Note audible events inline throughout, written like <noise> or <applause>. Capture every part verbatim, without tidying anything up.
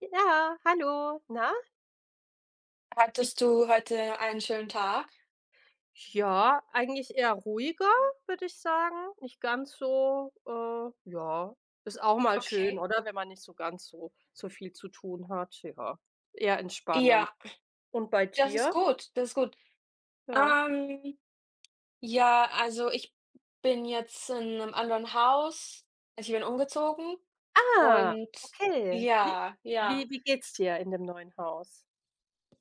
Ja, hallo. Na? I Hattest du heute einen schönen Tag? Ja, eigentlich eher ruhiger, würde ich sagen. Nicht ganz so, äh ja, ist auch mal schön, Okay. oder? Wenn man nicht so ganz so so viel zu tun hat, ja. Eher entspannend. Ja, Und bei das ist dir? gut, das ist gut. Ja. Ähm, ja, also ich bin jetzt in einem anderen Haus. Also, ich bin umgezogen Ah, und okay. Wie ja, ja. wie wie geht's dir in dem neuen Haus?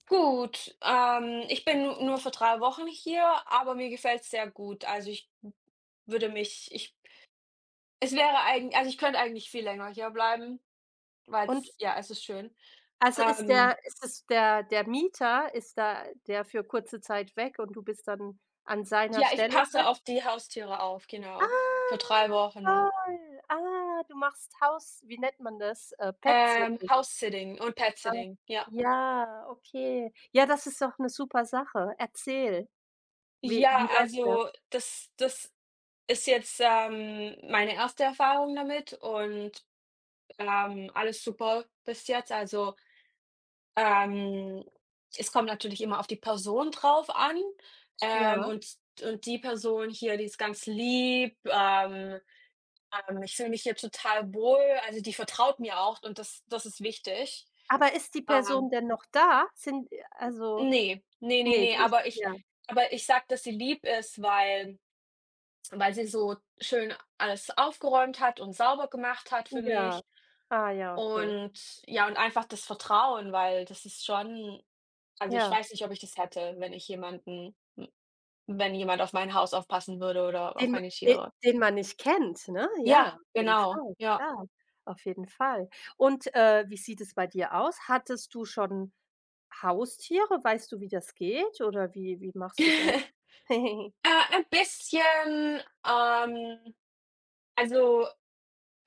Gut, ähm, ich bin nu nur für drei Wochen hier, aber mir gefällt es sehr gut. Also, ich würde mich ich es wäre eigentlich, also ich könnte eigentlich viel länger hier bleiben, weil Und, es, ja, es ist schön. also, ist Ähm, der ist es der der Mieter ist da, der für kurze Zeit weg, und du bist dann an seiner ja, ich Stelle? passe auf die Haustiere auf, genau, für Ah, drei Wochen. toll. Ah, du machst Haus wie nennt man das? Äh, Ähm, Pet-Sitting, House-Sitting und ne? Pet-Sitting, ja. Ja, okay. Ja, das ist doch eine super Sache. Erzähl, wie wie Ja, läuft das? also das das ist jetzt, ähm, meine erste Erfahrung damit, und ähm, alles super bis jetzt. Also, ähm, es kommt natürlich immer auf die Person drauf an, ähm, Ja. und und die Person hier, die ist ganz lieb, ähm, ähm, ich fühle mich hier total wohl, also die vertraut mir auch, und das das ist wichtig. Aber ist die Person ähm denn noch da? Sind äh, also Ne, ne, ne, nee, ne, die ist aber ich ja. aber ich sage, dass sie lieb ist, weil weil sie so schön alles aufgeräumt hat und sauber gemacht hat für Ja. mich, Ah ja, okay. und ja, und einfach das Vertrauen, weil das ist schon, also ich Ja. weiß nicht, ob ich das hätte, wenn ich jemanden wenn jemand auf mein Haus aufpassen würde oder auf Den meine de Tiere. den man nicht kennt, ne? Ja, Ja, auf jeden genau, Fall, ja. klar, auf jeden Fall. Und, äh, wie sieht es bei dir aus? Hattest du schon Haustiere? Weißt du, wie das geht oder wie wie machst du das? <laughs> <laughs> Äh, ein bisschen, ähm, also,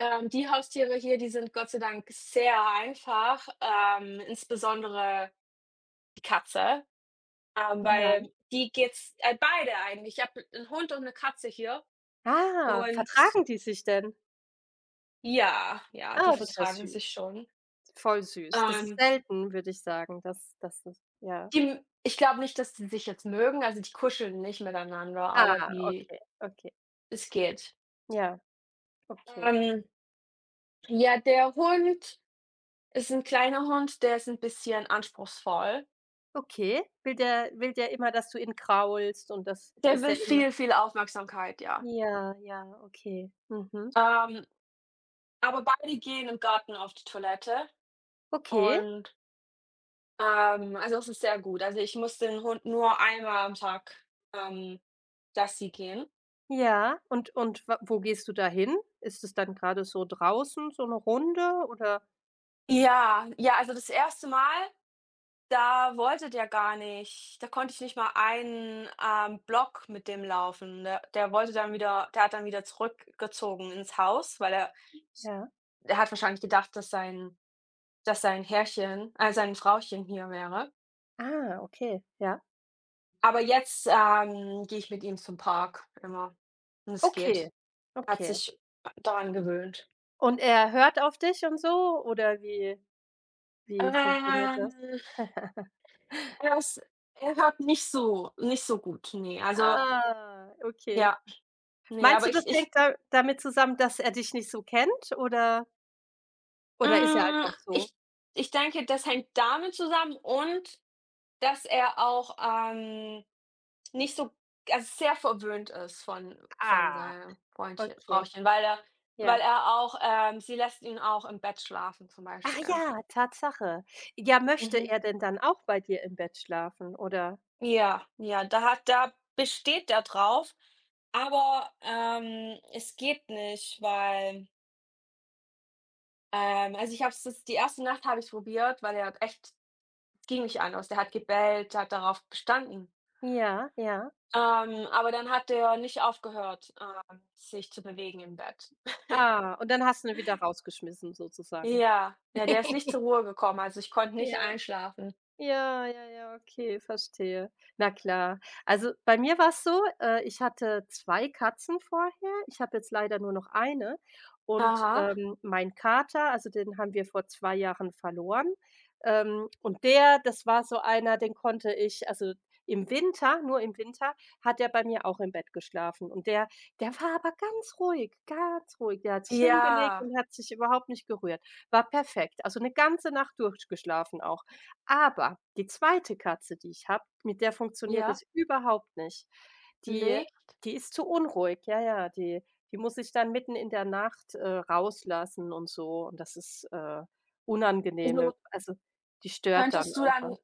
Ähm, die Haustiere hier, die sind Gott sei Dank sehr einfach, ähm, insbesondere die Katze, ähm, Ja. weil die geht's äh, beide eigentlich. Ich habe einen Hund und eine Katze hier, Ah, und vertragen die sich denn? ja, ja, Ah, die das ist ja vertragen sich süß. schon. Voll süß. Das ist Ähm, selten, würde ich sagen, dass dass das, ja. die Ich glaube nicht, dass die sich jetzt mögen, also die kuscheln nicht miteinander, aber Ah, die, okay, okay. es geht. Ja, okay. Ähm, ja, der Hund ist ein kleiner Hund, der ist ein bisschen anspruchsvoll. Okay. Will der will der immer, dass du ihn kraulst und das Der ist will er immer. viel, viel Aufmerksamkeit, ja. Ja, ja, okay. Mhm. Ähm Aber beide gehen im Garten auf die Toilette, Okay, und ähm also, es ist sehr gut. Also, ich muss den Hund nur einmal am Tag, ähm, Gassi gehen. ja. Und und wa wo gehst du da hin? Ist es dann gerade so draußen, so eine Runde? Oder, Ja, ja, also das erste Mal, da wollte der gar nicht, da konnte ich nicht mal einen, ähm, Block mit dem laufen. Der der wollte dann wieder der hat dann wieder zurückgezogen ins Haus, weil er, ja. der hat wahrscheinlich gedacht, dass sein dass sein Herrchen, äh, sein Frauchen hier wäre. Ah, okay, ja. Aber jetzt, ähm, gehe ich mit ihm zum Park immer, und es Okay, geht. Er hat okay. sich daran gewöhnt. Und er hört auf dich und so, oder wie wie funktioniert Ähm, das? <laughs> Er ist, er hört nicht so, nicht so gut, ne. Also, Ah, okay. ja, ne, Meinst aber du, das ich hängt ich da damit zusammen, dass er dich nicht so kennt, oder oder ist er hm, einfach so? ich ich denke, das hängt damit zusammen und dass er auch, ähm, nicht so, also sehr verwöhnt ist von von Ah, seinem Freundchen, okay, Frauchen, weil er, weil ja. er auch, ähm, sie lässt ihn auch im Bett schlafen zum Ach Beispiel. ja, Tatsache. Ja, möchte Mhm. er denn dann auch bei dir im Bett schlafen, oder? Ja, ja, da hat, da besteht er drauf, aber, ähm, es geht nicht, weil, ähm also, ich habe es, das, die erste Nacht habe ich probiert, weil er hat echt, ging nicht anders. Der hat gebellt, der hat darauf bestanden. Ja, ja. Ähm, aber dann hat der nicht aufgehört, ähm, sich zu bewegen im Bett. Ah, und dann hast du ihn wieder rausgeschmissen, sozusagen. Ja, ja, der ist nicht zur <laughs> Ruhe gekommen, also ich konnte nicht Ja. einschlafen. Ja, ja, ja, okay, verstehe. Na klar. Also, bei mir war es so, äh, ich hatte zwei Katzen vorher. Ich habe jetzt leider nur noch eine. und, Aha. ähm, mein Kater, also den haben wir vor zwei Jahren verloren. Ähm, und der, das war so einer, den konnte ich, also im Winter, nur im Winter, hat er bei mir auch im Bett geschlafen, und der der war aber ganz ruhig, ganz ruhig. Der hat sich Ja, hingelegt und hat sich überhaupt nicht gerührt. War perfekt. Also, eine ganze Nacht durchgeschlafen auch. Aber die zweite Katze, die ich habe, mit der funktioniert ja, es überhaupt nicht. Die nee. die ist zu unruhig. Ja, ja, die die muss ich dann mitten in der Nacht, äh, rauslassen und so, und das ist, äh, unangenehm. Also, Also, die stört dann könntest du einfach. dann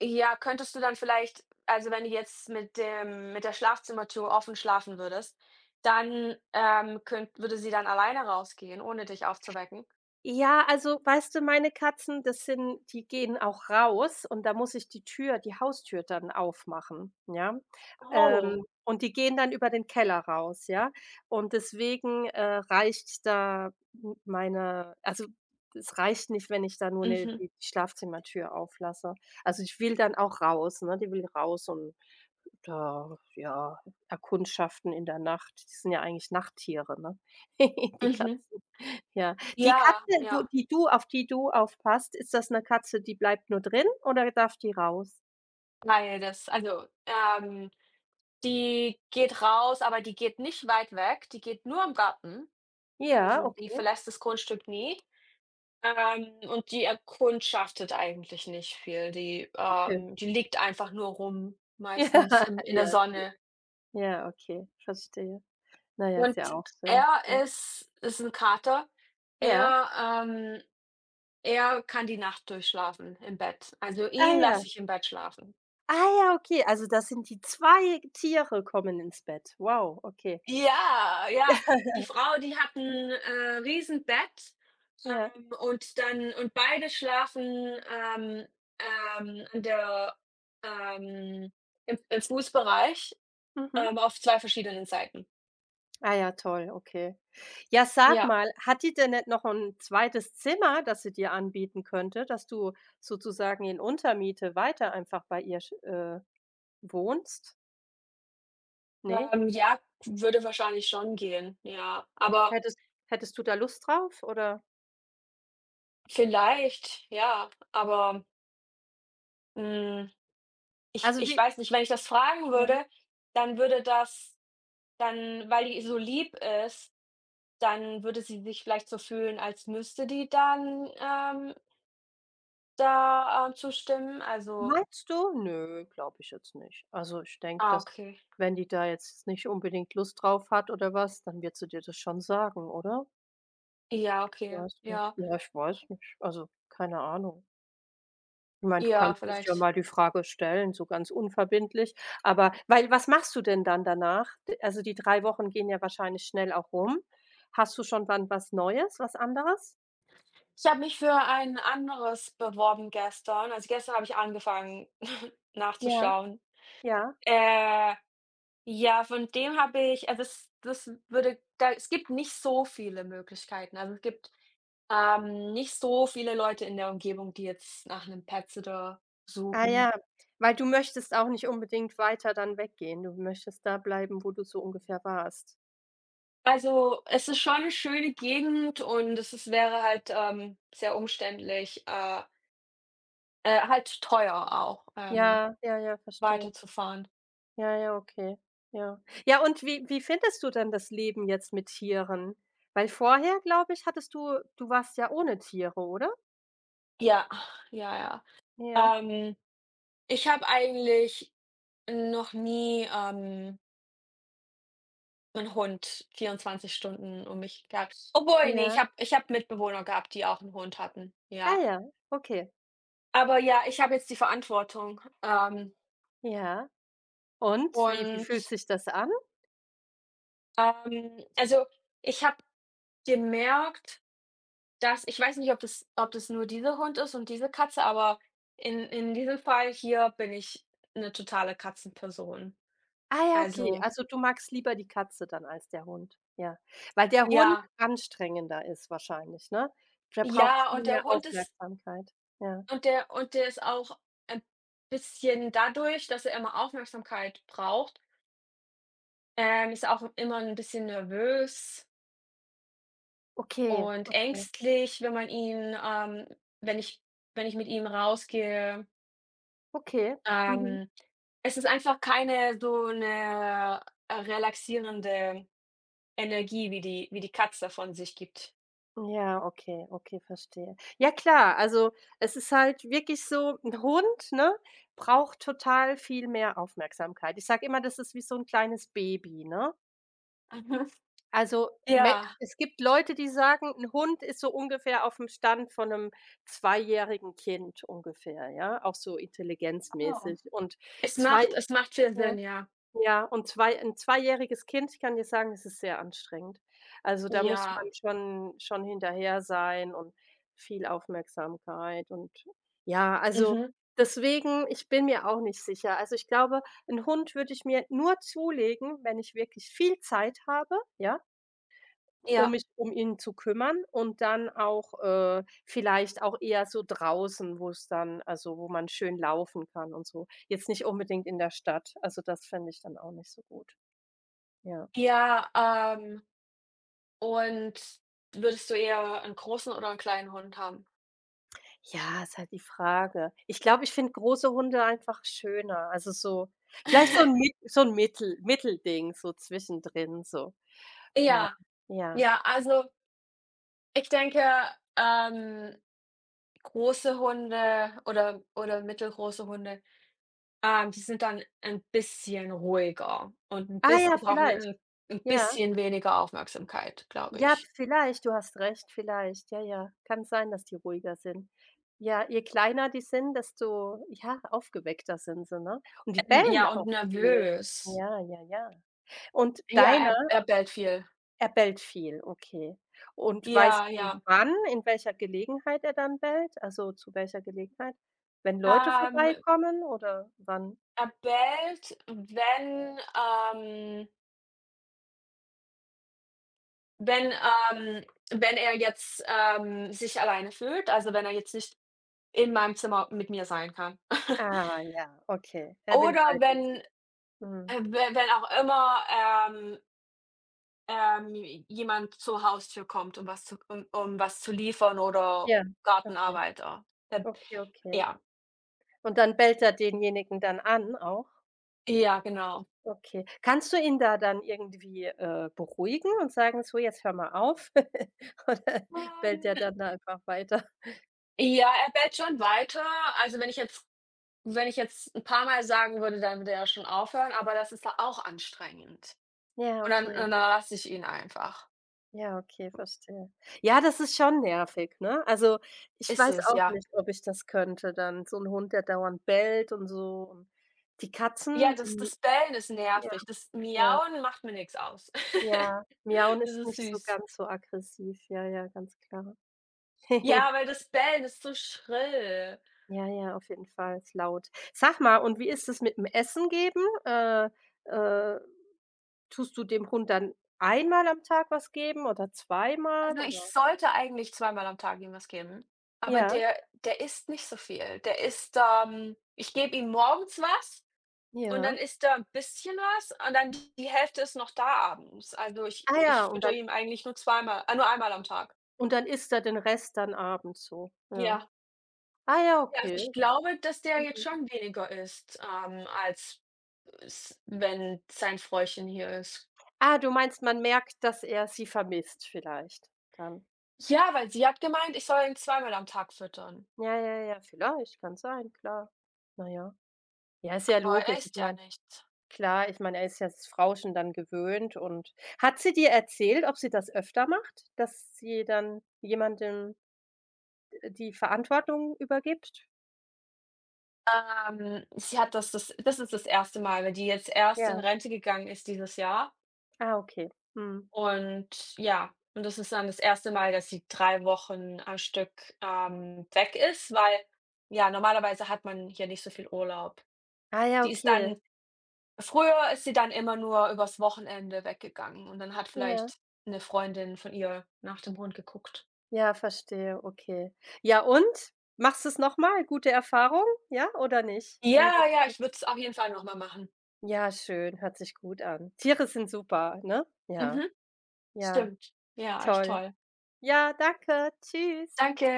ja, könntest du dann vielleicht, also wenn du jetzt mit dem mit der Schlafzimmertür offen schlafen würdest, dann, ähm, könnt würde sie dann alleine rausgehen, ohne dich aufzuwecken? Ja, also, weißt du, meine Katzen, das sind, die gehen auch raus, und da muss ich die Tür die Haustür dann aufmachen, ja? Ähm, Oh. und die gehen dann über den Keller raus, ja? Und deswegen, äh, reicht da, m meine, also, es reicht nicht, wenn ich da nur 'ne Mhm, die Schlafzimmertür auflasse. Also, ich will dann auch raus, ne? Die will raus und da, ja, erkundschaften in der Nacht. Die sind ja eigentlich Nachttiere, ne? <laughs> Die mhm. Katzen. Ja. Die Ja, Katze, ja, wo die du auf die du aufpasst, ist das 'ne Katze, die bleibt nur drin oder darf die raus? weil das, also, ähm, die geht raus, aber die geht nicht weit weg, die geht nur im Garten. Ja, Also, die okay, verlässt das Grundstück nie, ähm, und die erkundschaftet eigentlich nicht viel. Die, okay. Ähm die liegt einfach nur rum, meistens im <laughs> Ja, in der ja, süß. Sonne. Ja, okay, verstehe. Na ja, ist Und ja auch schön. er Ja. ist ist 'n Kater. Ja? Er, ähm er kann die Nacht durchschlafen im Bett. Also, Ah ihn ja. lasse ich im Bett schlafen. Ah ja, okay, also das sind die zwei Tiere, kommen ins Bett. Wow, okay. Ja, ja. Die <laughs> Frau, die hat 'n, äh, Riesenbett, Ja, ähm, und dann, und beide schlafen, ähm, ähm, an der, ähm im im Fußbereich, mhm. ähm, auf zwei verschiedenen Seiten. Ah ja, toll, okay. Ja, sag Ja. mal, hat die denn nicht noch ein zweites Zimmer, das sie dir anbieten könnte, dass du sozusagen in Untermiete weiter einfach bei ihr sch äh, wohnst? Ne? Ähm, ja, würde wahrscheinlich schon gehen, ja. Aber Hättest hättest du da Lust drauf, oder, vielleicht, ja, aber, hm, ich also, ich wie, weiß nicht, wenn ich das fragen ja? würde, dann würde das, dann, weil die so lieb ist, dann würde sie sich vielleicht so fühlen, als müsste die dann, ähm, da, äh, zustimmen. Also, Meinst du? Nö, glaube ich jetzt nicht. Also, ich denke, ah, dass, okay. wenn die da jetzt nicht unbedingt Lust drauf hat oder was, dann wird sie dir das schon sagen, oder? Ja, okay. Weiß nicht. Ja, Ja, ich weiß nicht. Also, keine Ahnung. Ich meine, du ja, kannst es ja vielleicht. mal die Frage stellen, so ganz unverbindlich. Aber weil, was machst du denn dann danach? D also, die drei Wochen gehen ja wahrscheinlich schnell auch rum. Hast du schon dann was Neues, was anderes? Ich habe mich für ein anderes beworben gestern. Also, gestern habe ich angefangen <laughs> Ja, nachzuschauen. ja. Äh Ja, von dem habe ich, also es, das würde, da, es gibt nicht so viele Möglichkeiten. Also, es gibt, ähm, nicht so viele Leute in der Umgebung, die jetzt nach einem Pet-Sitter Ah suchen. ja, weil du möchtest auch nicht unbedingt weiter dann weggehen. Du möchtest da bleiben, wo du so ungefähr warst. Also, es ist schon eine schöne Gegend, und es ist, wäre halt, ähm, sehr umständlich, äh, äh, halt teuer auch, ähm, Ja, ja, ja, verstehe. weiterzufahren. Ja, ja, okay. Ja. Ja, und wie wie findest du denn das Leben jetzt mit Tieren? Weil vorher, glaube ich, hattest du du warst ja ohne Tiere, oder? Ja, ja, ja. Ja. Ähm, Ich habe eigentlich noch nie, ähm 'n Hund vierundzwanzig Stunden um mich, ja. Obwohl, ne, ich Ja. habe ich habe Mitbewohner gehabt, die auch 'n Hund hatten, Ah ja. ja, okay. Aber ja, ich habe jetzt die Verantwortung, ähm, Ja. Und wie wie fühlt und, sich das an? ähm, also ich habe gemerkt, dass ich, weiß nicht, ob das, ob das nur dieser Hund ist und diese Katze, aber in in diesem Fall hier bin ich 'ne totale Katzenperson. Ah ja, okay. Also, Also, du magst lieber die Katze dann als der Hund. Ja. Weil der Hund ja, anstrengender ist, wahrscheinlich, ne? Der braucht ja, viel und mehr der Hund ist Aufmerksamkeit. Ja. Und der und der ist auch ein bisschen, dadurch, dass er immer Aufmerksamkeit braucht, ähm, ist er auch immer ein bisschen nervös Okay, und okay, ängstlich, wenn man ihn, ähm wenn ich wenn ich mit ihm rausgehe. okay. Mhm. Ähm, Es ist einfach keine so eine, äh, relaxierende Energie, wie die wie die Katze von sich gibt. <laughs> Ja, okay, okay, verstehe. Ja, klar, also, es ist halt wirklich so, 'n Hund, ne, braucht total viel mehr Aufmerksamkeit. Ich sage immer, das ist wie so 'n kleines Baby, ne? Mhm. Also, me Ja. es gibt Leute, die sagen, ein Hund ist so ungefähr auf dem Stand von einem zweijährigen Kind ungefähr, ja, auch so Oh. intelligenzmäßig. Und Es zwei macht Es macht viel Ja, Sinn, ja. ja, und zwei ein zweijähriges Kind, ich kann dir sagen, das ist sehr anstrengend. Also, da muss Ja. man, schon schon hinterher sein und viel Aufmerksamkeit und, ja, also, Mhm. deswegen, ich bin mir auch nicht sicher. Also, ich glaube, 'n Hund würde ich mir nur zulegen, wenn ich wirklich viel Zeit habe, ja? Um Ja. mich um ihn zu kümmern und dann auch, äh, vielleicht auch eher so draußen, wo es dann, also, wo man schön laufen kann und so. Jetzt nicht unbedingt in der Stadt. Also, das fände ich dann auch nicht so gut. Ja. Ja, ähm und würdest du eher 'n großen oder 'n kleinen Hund haben? Ja, ist halt die Frage. Ich glaube, ich finde große Hunde einfach schöner. Also, so vielleicht so ein, mit <laughs> so ein Mittel Mittelding, so zwischendrin so. Ja, Ja, ja. ja, also ich denke, ähm, große Hunde oder oder mittelgroße Hunde, ähm, die sind dann ein bisschen ruhiger und 'n Ah ja, bisschen, die brauchen vielleicht. 'n 'n Ja. bisschen weniger Aufmerksamkeit, glaube Ja, ich. vielleicht, du hast recht, vielleicht. Ja, ja. Kann sein, dass die ruhiger sind. Ja, je kleiner die sind, desto, ja, aufgeweckter sind sie, ne? Und die Ähm, bellen Ja, auch und viel. nervös. Ja, ja, ja. Und Ja, deiner, er er bellt viel. er bellt viel, okay. Und weißt Ja, du, ja. wann, in welcher Gelegenheit er dann bellt? Also, zu welcher Gelegenheit? Wenn Leute Ähm, vorbeikommen oder wann? Er bellt, wenn, ähm Wenn, ähm wenn er jetzt, ähm, sich alleine fühlt, also wenn er jetzt nicht in meinem Zimmer mit mir sein kann. <laughs> Ah ja, okay. Er will bei Oder dir sein. wenn, Mhm. äh, we wenn auch immer, ähm, ähm, jemand zur Haustür kommt, um was zu, um um was zu liefern oder Ja, okay, Gartenarbeiter. Äh, okay, okay. ja, Und dann bellt er denjenigen dann an, auch? ja, genau. Okay. Kannst du ihn da dann irgendwie, äh, beruhigen und sagen: „So, jetzt hör mal auf?" <laughs> Oder bellt der Ähm, dann da einfach weiter? ja, er bellt schon weiter. Also, wenn ich jetzt wenn ich jetzt ein paar Mal sagen würde, dann würde er schon aufhören, aber das ist da auch anstrengend. Ja, Und dann und okay. dann lasse ich ihn einfach. Ja, okay, verstehe. Ja, das ist schon nervig, ne? Also, ich Ist weiß es, auch ja. nicht, ob ich das könnte dann, so 'n Hund, der dauernd bellt und so, und die Ja, Katzen, das die, das Bellen ist ja, nervig. Das ja, Miauen macht mir nix aus. <laughs> ja, miauen Das ist ist nicht so süß. ganz so aggressiv. Ja, ja, ganz klar. <laughs> Ja, weil das Bellen ist so schrill. Ja, ja, auf jeden Fall, ist laut. Sag mal, und wie ist es mit dem Essen geben? Äh, äh, tust du dem Hund dann einmal am Tag was geben oder zweimal, Also, ich oder, sollte eigentlich zweimal am Tag ihm was geben, aber ja, der der isst nicht so viel. Der isst, ähm ich gebe ihm morgens was, und dann ja? isst er 'n bisschen was, und dann die Hälfte ist noch da abends. Also, ich Ah ja, ich und füttere dann ihn eigentlich nur zweimal äh, nur einmal am Tag. und dann isst er den Rest dann abends so, ja. Ja. Ah ja, Ja, also okay. ich glaube, dass der jetzt Mhm. schon weniger isst, ähm, als s wenn sein Frauchen hier ist. Ah, du meinst, man merkt, dass er sie vermisst vielleicht dann. Ja, weil sie hat gemeint, ich soll ihn zweimal am Tag füttern, Ja, ja, ja, vielleicht, kann sein, klar. Na ja. Ja, ist ja aber er logisch. Ich isst ja meine. nichts. Klar, ich meine, er ist ja das Frauchen dann gewöhnt, und hat sie dir erzählt, ob sie das öfter macht, dass sie dann jemandem, äh, die Verantwortung übergibt? Ähm, sie hat das das das ist das erste Mal, weil die jetzt erst in Ja. Rente gegangen ist dieses Jahr, Ah, okay. Mhm. und ja, und das ist dann das erste Mal, dass sie drei Wochen am Stück, ähm, weg ist, weil, ja, normalerweise hat man hier nicht so viel Urlaub. Ah ja, Sie ist okay. dann, früher ist sie dann immer nur übers Wochenende weggegangen, und dann hat Ja. vielleicht 'ne Freundin von ihr nach dem Hund geguckt. Ja, verstehe, okay. Ja und? Machst du's noch mal? Gute Erfahrung, ja, oder nicht? Wie Ja, ja, ich würde es auf jeden Fall noch mal machen. ja, schön, hört sich gut an. Tiere sind super, ne? Ja, Mhm, ja, stimmt. Ja, echt toll. toll. Ja, danke. Tschüss. Danke.